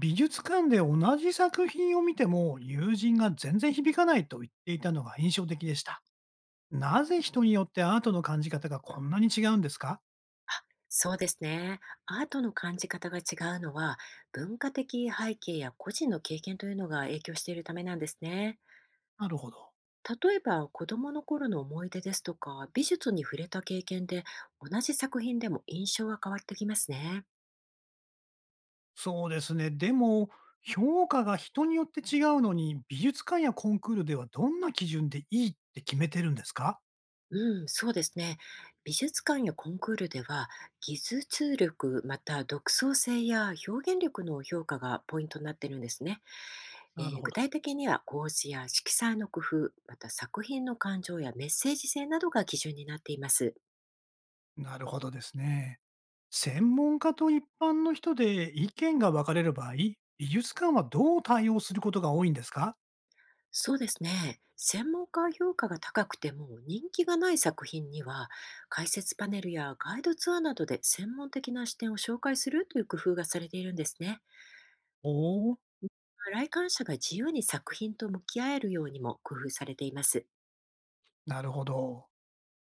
美術館で同じ作品を見ても友人が全然響かないと言っていたのが印象的でした。なぜ人によってアートの感じ方がこんなに違うんですか？そうですね。アートの感じ方が違うのは、文化的背景や個人の経験というのが影響しているためなんですね。なるほど。例えば、子供の頃の思い出ですとか、美術に触れた経験で、同じ作品でも印象が変わってきますね。そうですね。でも、評価が人によって違うのに、美術館やコンクールではどんな基準でいいって決めてるんですか？うん、そうですね。美術館やコンクールでは、技術力、また独創性や表現力の評価がポイントになってるんですね。なるほ具ど。体的には構図や色彩の工夫、また作品の感情やメッセージ性などが基準になっています。なるほどですね。専門家と一般の人で意見が分かれる場合、美術館はどう対応することが多いんですか？そうですね。専門家評価が高くても人気がない作品には、解説パネルやガイドツアーなどで専門的な視点を紹介するという工夫がされているんですね。おおー、来館者が自由に作品と向き合えるようにも工夫されています。なるほど。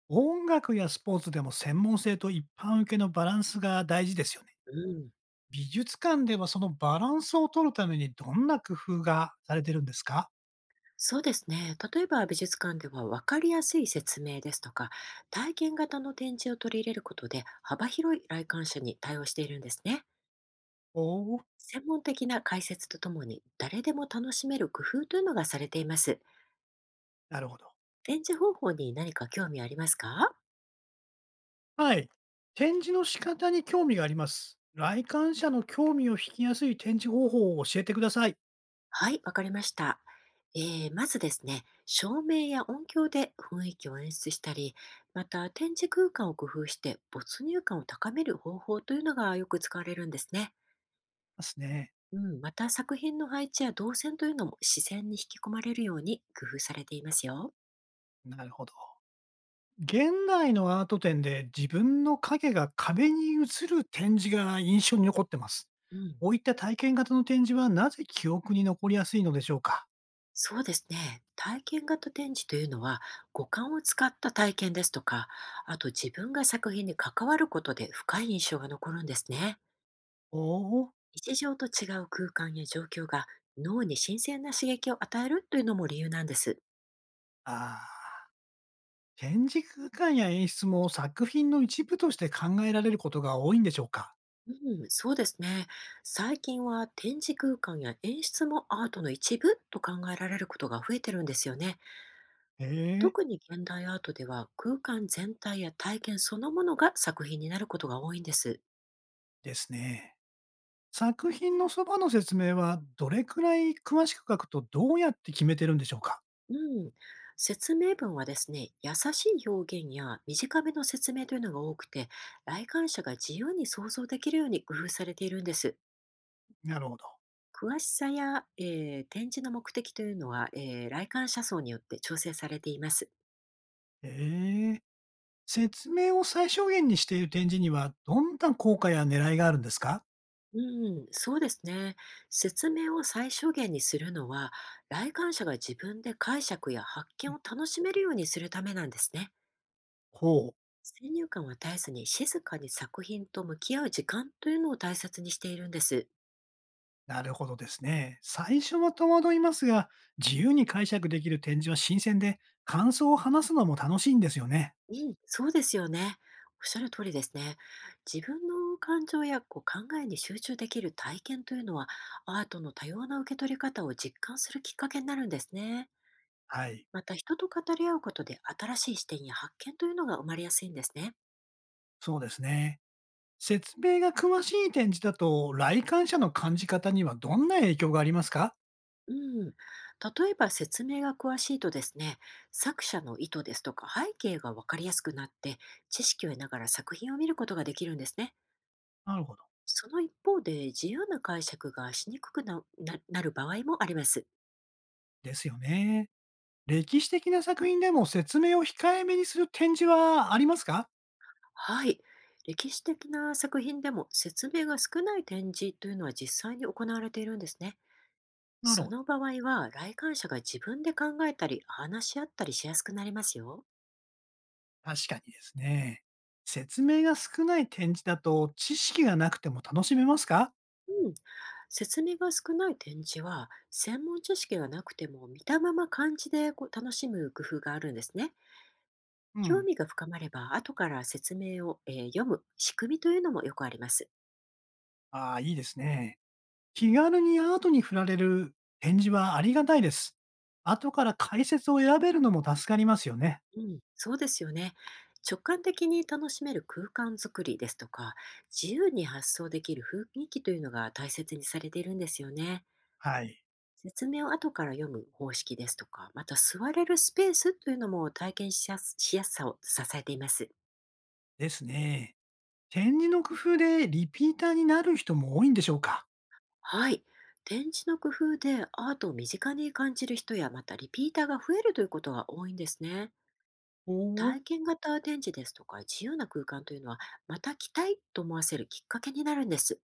音楽やスポーツでも専門性と一般受けのバランスが大事ですよね。うん。美術館ではそのバランスを取るためにどんな工夫がされてるんですか？そうですね。例えば美術館では分かりやすい説明ですとか、体験型の展示を取り入れることで幅広い来館者に対応しているんですね。おおー、専門的な解説とともに誰でも楽しめる工夫というのがされています。なるほど。展示方法に何か興味ありますか？はい。展示の仕方に興味があります。来館者の興味を引きやすい展示方法を教えてください。はい、わかりました。まずですね、照明や音響で雰囲気を演出したり、また展示空間を工夫して没入感を高める方法というのがよく使われるんですね。ですね。うん、また作品の配置や動線というのも自然に引き込まれるように工夫されていますよ。なるほど。現代のアート展で自分の影が壁に映る展示が印象に残ってます。うん。こういった体験型の展示はなぜ記憶に残りやすいのでしょうか？そうですね。体験型展示というのは、五感を使った体験ですとか、あと自分が作品に関わることで深い印象が残るんですね。おお、日常と違う空間や状況が脳に新鮮な刺激を与えるというのも理由なんです。ああ、展示空間や演出も作品の一部として考えられることが多いんでしょうか？うん、そうですね。最近は展示空間や演出もアートの一部と考えられることが増えてるんですよね。へえ、特に現代アートでは空間全体や体験そのものが作品になることが多いんです。ですね。作品のそばの説明はどれくらい詳しく書くとどうやって決めてるんでしょうか？うん、説明文はですね、優しい表現や短めの説明というのが多くて、来館者が自由に想像できるように工夫されているんです。なるほど。詳しさや、展示の目的というのは、来館者層によって調整されています。ええ。説明を最小限にしている展示には、どんな効果や狙いがあるんですか？うん、そうですね。説明を最小限にするのは、来館者が自分で解釈や発見を楽しめるようにするためなんですね。ほう。先入観は絶えずに静かに作品と向き合う時間というのを大切にしているんです。なるほどですね。最初は戸惑いますが、自由に解釈できる展示は新鮮で、感想を話すのも楽しいんですよね。うん、そうですよね。おっしゃる通りですね。自分の感情やこう考えに集中できる体験というのは、アートの多様な受け取り方を実感するきっかけになるんですね。はい。また人と語り合うことで新しい視点や発見というのが生まれやすいんですね。そうですね。説明が詳しい展示だと、来館者の感じ方にはどんな影響がありますか？うん、例えば説明が詳しいとですね、作者の意図ですとか背景が分かりやすくなって知識を得ながら作品を見ることができるんですね。なるほど。その一方で自由な解釈がしにくくなななる場合もあります。ですよね。歴史的な作品でも説明を控えめにする展示はありますか？はい。歴史的な作品でも説明が少ない展示というのは実際に行われているんですね。なるそほど。の場合は、来館者が自分で考えたり、話し合ったりしやすくなりますよ。確かにですね。説明が少ない展示だと知識がなくても楽しめますか？うん、説明が少ない展示は、専門知識がなくても見たまま漢字でこう楽しむ工夫があるんですね。う興ん。味が深まれば、後から説明を、読む仕組みというのもよくあります。ああ、いいですね。気軽にアートに触られる展示はありがたいです。後から解説を選べるのも助かりますよね。うん、そうですよね。直感的に楽しめる空間づくりですとか、自由に発想できる雰囲気というのが大切にされているんですよね。はい。説明を後から読む方式ですとか、また座れるスペースというのも体験しやすしやすさを支えています。ですね。展示の工夫でリピーターになる人も多いんでしょうか？はい。展示の工夫でアートを身近に感じる人や、またリピーターが増えるということが多いんですね。おおー、体験型展示ですとか、自由な空間というのは、また来たいと思わせるきっかけになるんです。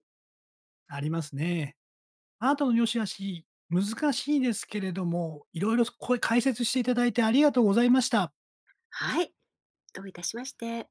ありますね。アートの良し悪し、難しいですけれども、いろいろこれ解説していただいてありがとうございました。はい。どういたしまして。